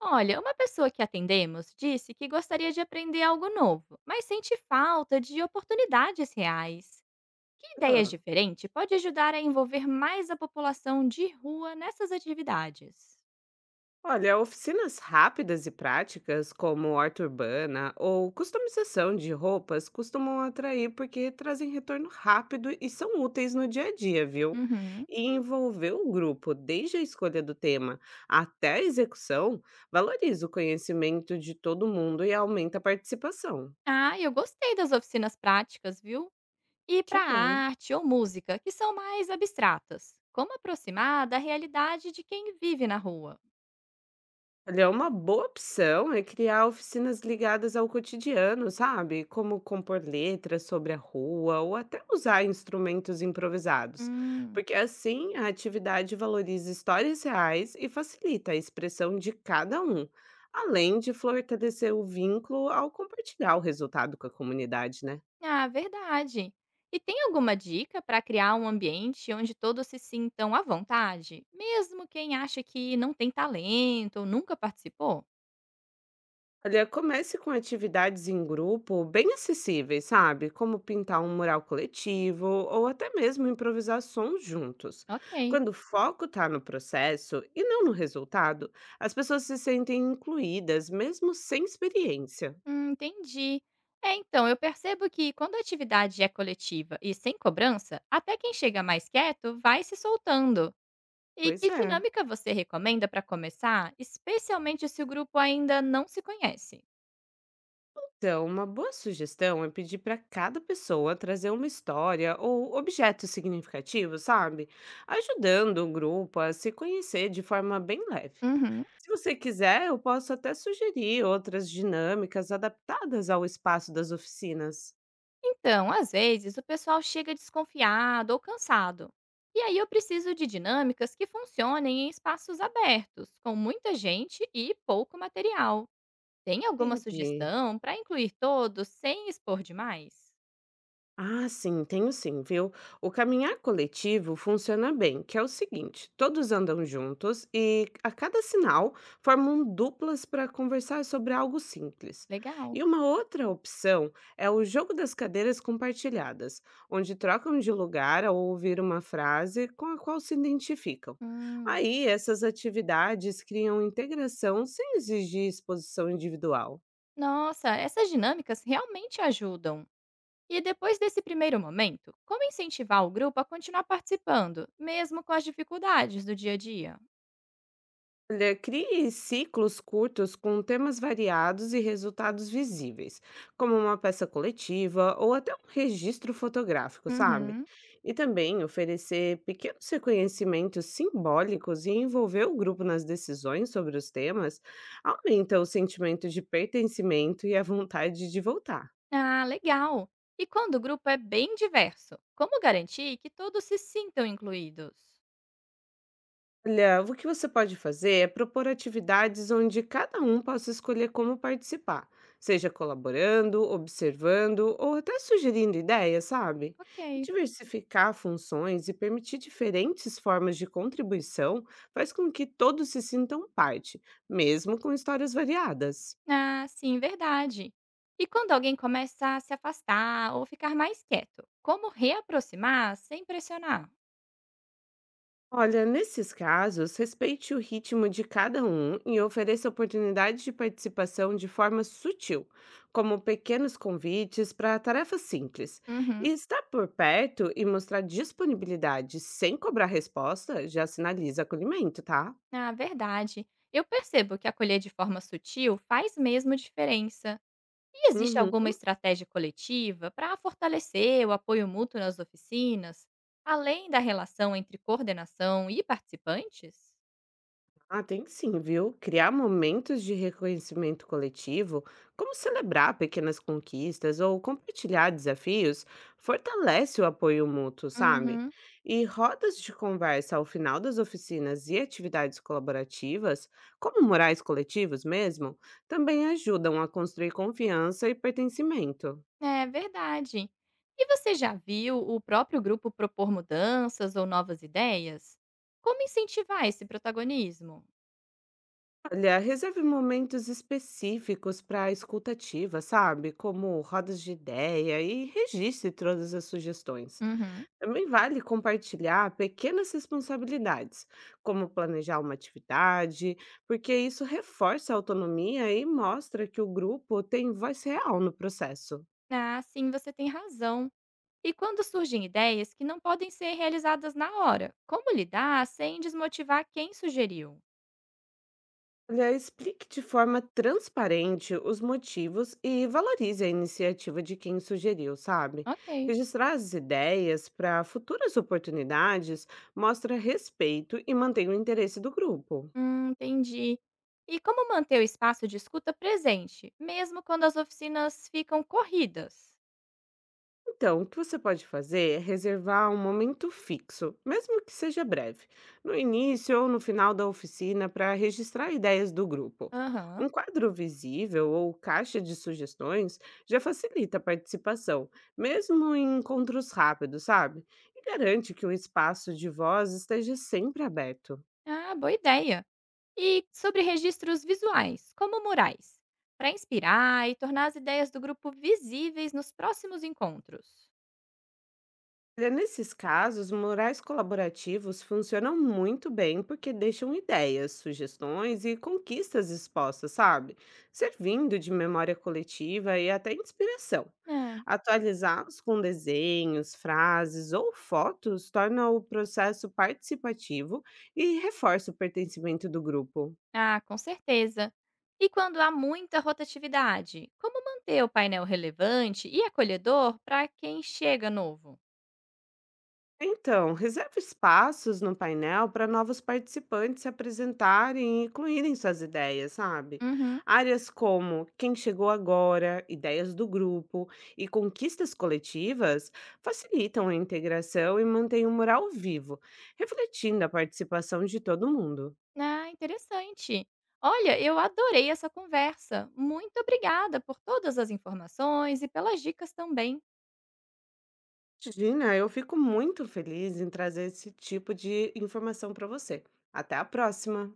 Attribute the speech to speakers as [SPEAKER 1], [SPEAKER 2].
[SPEAKER 1] Olha, uma pessoa que atendemos disse que gostaria de aprender algo novo, mas sente falta de oportunidades reais. Que ideias
[SPEAKER 2] Hã.
[SPEAKER 1] diferentes pode ajudar a envolver mais a população de rua nessas atividades?
[SPEAKER 2] Olha, oficinas rápidas e práticas, como horta urbana ou customização de roupas, costumam atrair porque trazem retorno rápido e são úteis no dia a dia, viu?
[SPEAKER 1] Uhum.
[SPEAKER 2] E envolver o grupo, desde a escolha do tema até a execução, valoriza o conhecimento de todo mundo e aumenta a participação.
[SPEAKER 1] Ah, eu gostei das oficinas práticas, viu? E
[SPEAKER 2] Que
[SPEAKER 1] para
[SPEAKER 2] bom.
[SPEAKER 1] arte ou música, que são mais abstratas. Como aproximar da realidade de quem vive na rua?
[SPEAKER 2] Olha, é uma boa opção é criar oficinas ligadas ao cotidiano, sabe? Como compor letras sobre a rua ou até usar instrumentos improvisados.
[SPEAKER 1] Hum.
[SPEAKER 2] Porque assim a atividade valoriza histórias reais e facilita a expressão de cada um, além de fortalecer o vínculo ao compartilhar o resultado com a comunidade, né?
[SPEAKER 1] Ah, verdade. E tem alguma dica para criar um ambiente onde todos se sintam à vontade, mesmo quem acha que não tem talento ou nunca participou?
[SPEAKER 2] Olha, comece com atividades em grupo bem acessíveis, sabe? Como pintar um mural coletivo ou até mesmo improvisar sons juntos.
[SPEAKER 1] Ok.
[SPEAKER 2] Quando o foco está no processo e não no resultado, as pessoas se sentem incluídas, mesmo sem experiência.
[SPEAKER 1] Entendi. É, então, eu percebo que quando a atividade é coletiva e sem cobrança, até quem chega mais quieto vai se soltando. E
[SPEAKER 2] Pois
[SPEAKER 1] que
[SPEAKER 2] é.
[SPEAKER 1] dinâmica você recomenda para começar, especialmente se o grupo ainda não se conhece?
[SPEAKER 2] Então, uma boa sugestão é pedir para cada pessoa trazer uma história ou objeto significativo, sabe? Ajudando o grupo a se conhecer de forma bem leve.
[SPEAKER 1] Uhum.
[SPEAKER 2] Se você quiser, eu posso até sugerir outras dinâmicas adaptadas ao espaço das oficinas.
[SPEAKER 1] Então, às vezes, o pessoal chega desconfiado ou cansado. E aí eu preciso de dinâmicas que funcionem em espaços abertos, com muita gente e pouco material. Tem alguma
[SPEAKER 2] Entendi.
[SPEAKER 1] sugestão para incluir todos sem expor demais?
[SPEAKER 2] Ah, sim, tenho sim, viu? O caminhar coletivo funciona bem, que é o seguinte: todos andam juntos e a cada sinal formam duplas para conversar sobre algo simples.
[SPEAKER 1] Legal.
[SPEAKER 2] E uma outra opção é o jogo das cadeiras compartilhadas, onde trocam de lugar ao ouvir uma frase com a qual se identificam.
[SPEAKER 1] Hum.
[SPEAKER 2] Aí, essas atividades criam integração sem exigir exposição individual.
[SPEAKER 1] Nossa, essas dinâmicas realmente ajudam. E depois desse primeiro momento, como incentivar o grupo a continuar participando, mesmo com as dificuldades do dia a dia?
[SPEAKER 2] Olha, crie ciclos curtos com temas variados e resultados visíveis, como uma peça coletiva ou até um registro fotográfico, sabe?
[SPEAKER 1] Uhum.
[SPEAKER 2] E também oferecer pequenos reconhecimentos simbólicos e envolver o grupo nas decisões sobre os temas aumenta o sentimento de pertencimento e a vontade de voltar.
[SPEAKER 1] Ah, legal! E quando o grupo é bem diverso, como garantir que todos se sintam incluídos?
[SPEAKER 2] Olha, o que você pode fazer é propor atividades onde cada um possa escolher como participar, seja colaborando, observando ou até sugerindo ideias, sabe? E
[SPEAKER 1] Ok.
[SPEAKER 2] diversificar funções e permitir diferentes formas de contribuição faz com que todos se sintam parte, mesmo com histórias variadas.
[SPEAKER 1] Ah, sim, verdade. E quando alguém começa a se afastar ou ficar mais quieto, como reaproximar sem pressionar?
[SPEAKER 2] Olha, nesses casos, respeite o ritmo de cada um e ofereça oportunidades de participação de forma sutil, como pequenos convites para tarefas simples. E
[SPEAKER 1] Uhum.
[SPEAKER 2] estar por perto e mostrar disponibilidade sem cobrar resposta já sinaliza acolhimento, tá?
[SPEAKER 1] Ah, verdade. Eu percebo que acolher de forma sutil faz mesmo diferença. E existe
[SPEAKER 2] Uhum.
[SPEAKER 1] alguma estratégia coletiva para fortalecer o apoio mútuo nas oficinas, além da relação entre coordenação e participantes?
[SPEAKER 2] Ah, tem sim, viu? Criar momentos de reconhecimento coletivo, como celebrar pequenas conquistas ou compartilhar desafios, fortalece o apoio mútuo, sabe?
[SPEAKER 1] Uhum.
[SPEAKER 2] E rodas de conversa ao final das oficinas e atividades colaborativas, como murais coletivos mesmo, também ajudam a construir confiança e pertencimento.
[SPEAKER 1] É verdade. E você já viu o próprio grupo propor mudanças ou novas ideias? Como incentivar esse protagonismo?
[SPEAKER 2] Olha, reserve momentos específicos para a escutativa, sabe? Como rodas de ideia e registre todas as sugestões.
[SPEAKER 1] Uhum.
[SPEAKER 2] Também vale compartilhar pequenas responsabilidades, como planejar uma atividade, porque isso reforça a autonomia e mostra que o grupo tem voz real no processo.
[SPEAKER 1] Ah, sim, você tem razão. E quando surgem ideias que não podem ser realizadas na hora, como lidar sem desmotivar quem sugeriu?
[SPEAKER 2] Olha, explique de forma transparente os motivos e valorize a iniciativa de quem sugeriu, sabe?
[SPEAKER 1] Ok.
[SPEAKER 2] Registrar as ideias para futuras oportunidades mostra respeito e mantém o interesse do grupo.
[SPEAKER 1] Entendi. E como manter o espaço de escuta presente, mesmo quando as oficinas ficam corridas?
[SPEAKER 2] Então, o que você pode fazer é reservar um momento fixo, mesmo que seja breve, no início ou no final da oficina para registrar ideias do grupo.
[SPEAKER 1] Aham.
[SPEAKER 2] Um quadro visível ou caixa de sugestões já facilita a participação, mesmo em encontros rápidos, sabe? E garante que o espaço de voz esteja sempre aberto.
[SPEAKER 1] Ah, boa ideia. E sobre registros visuais, como murais, para inspirar e tornar as ideias do grupo visíveis nos próximos encontros.
[SPEAKER 2] Olha, nesses casos, murais colaborativos funcionam muito bem porque deixam ideias, sugestões e conquistas expostas, sabe? Servindo de memória coletiva e até inspiração.
[SPEAKER 1] É,
[SPEAKER 2] Atualizá-los com desenhos, frases ou fotos torna o processo participativo e reforça o pertencimento do grupo.
[SPEAKER 1] ah, com certeza. E quando há muita rotatividade, como manter o painel relevante e acolhedor para quem chega novo?
[SPEAKER 2] Então, reserve espaços no painel para novos participantes se apresentarem e incluírem suas ideias, sabe?
[SPEAKER 1] Uhum.
[SPEAKER 2] Áreas como quem chegou agora, ideias do grupo e conquistas coletivas facilitam a integração e mantêm o mural vivo, refletindo a participação de todo mundo.
[SPEAKER 1] Ah, interessante. Olha, eu adorei essa conversa. Muito obrigada por todas as informações e pelas dicas também.
[SPEAKER 2] Gina, eu fico muito feliz em trazer esse tipo de informação para você. Até a próxima!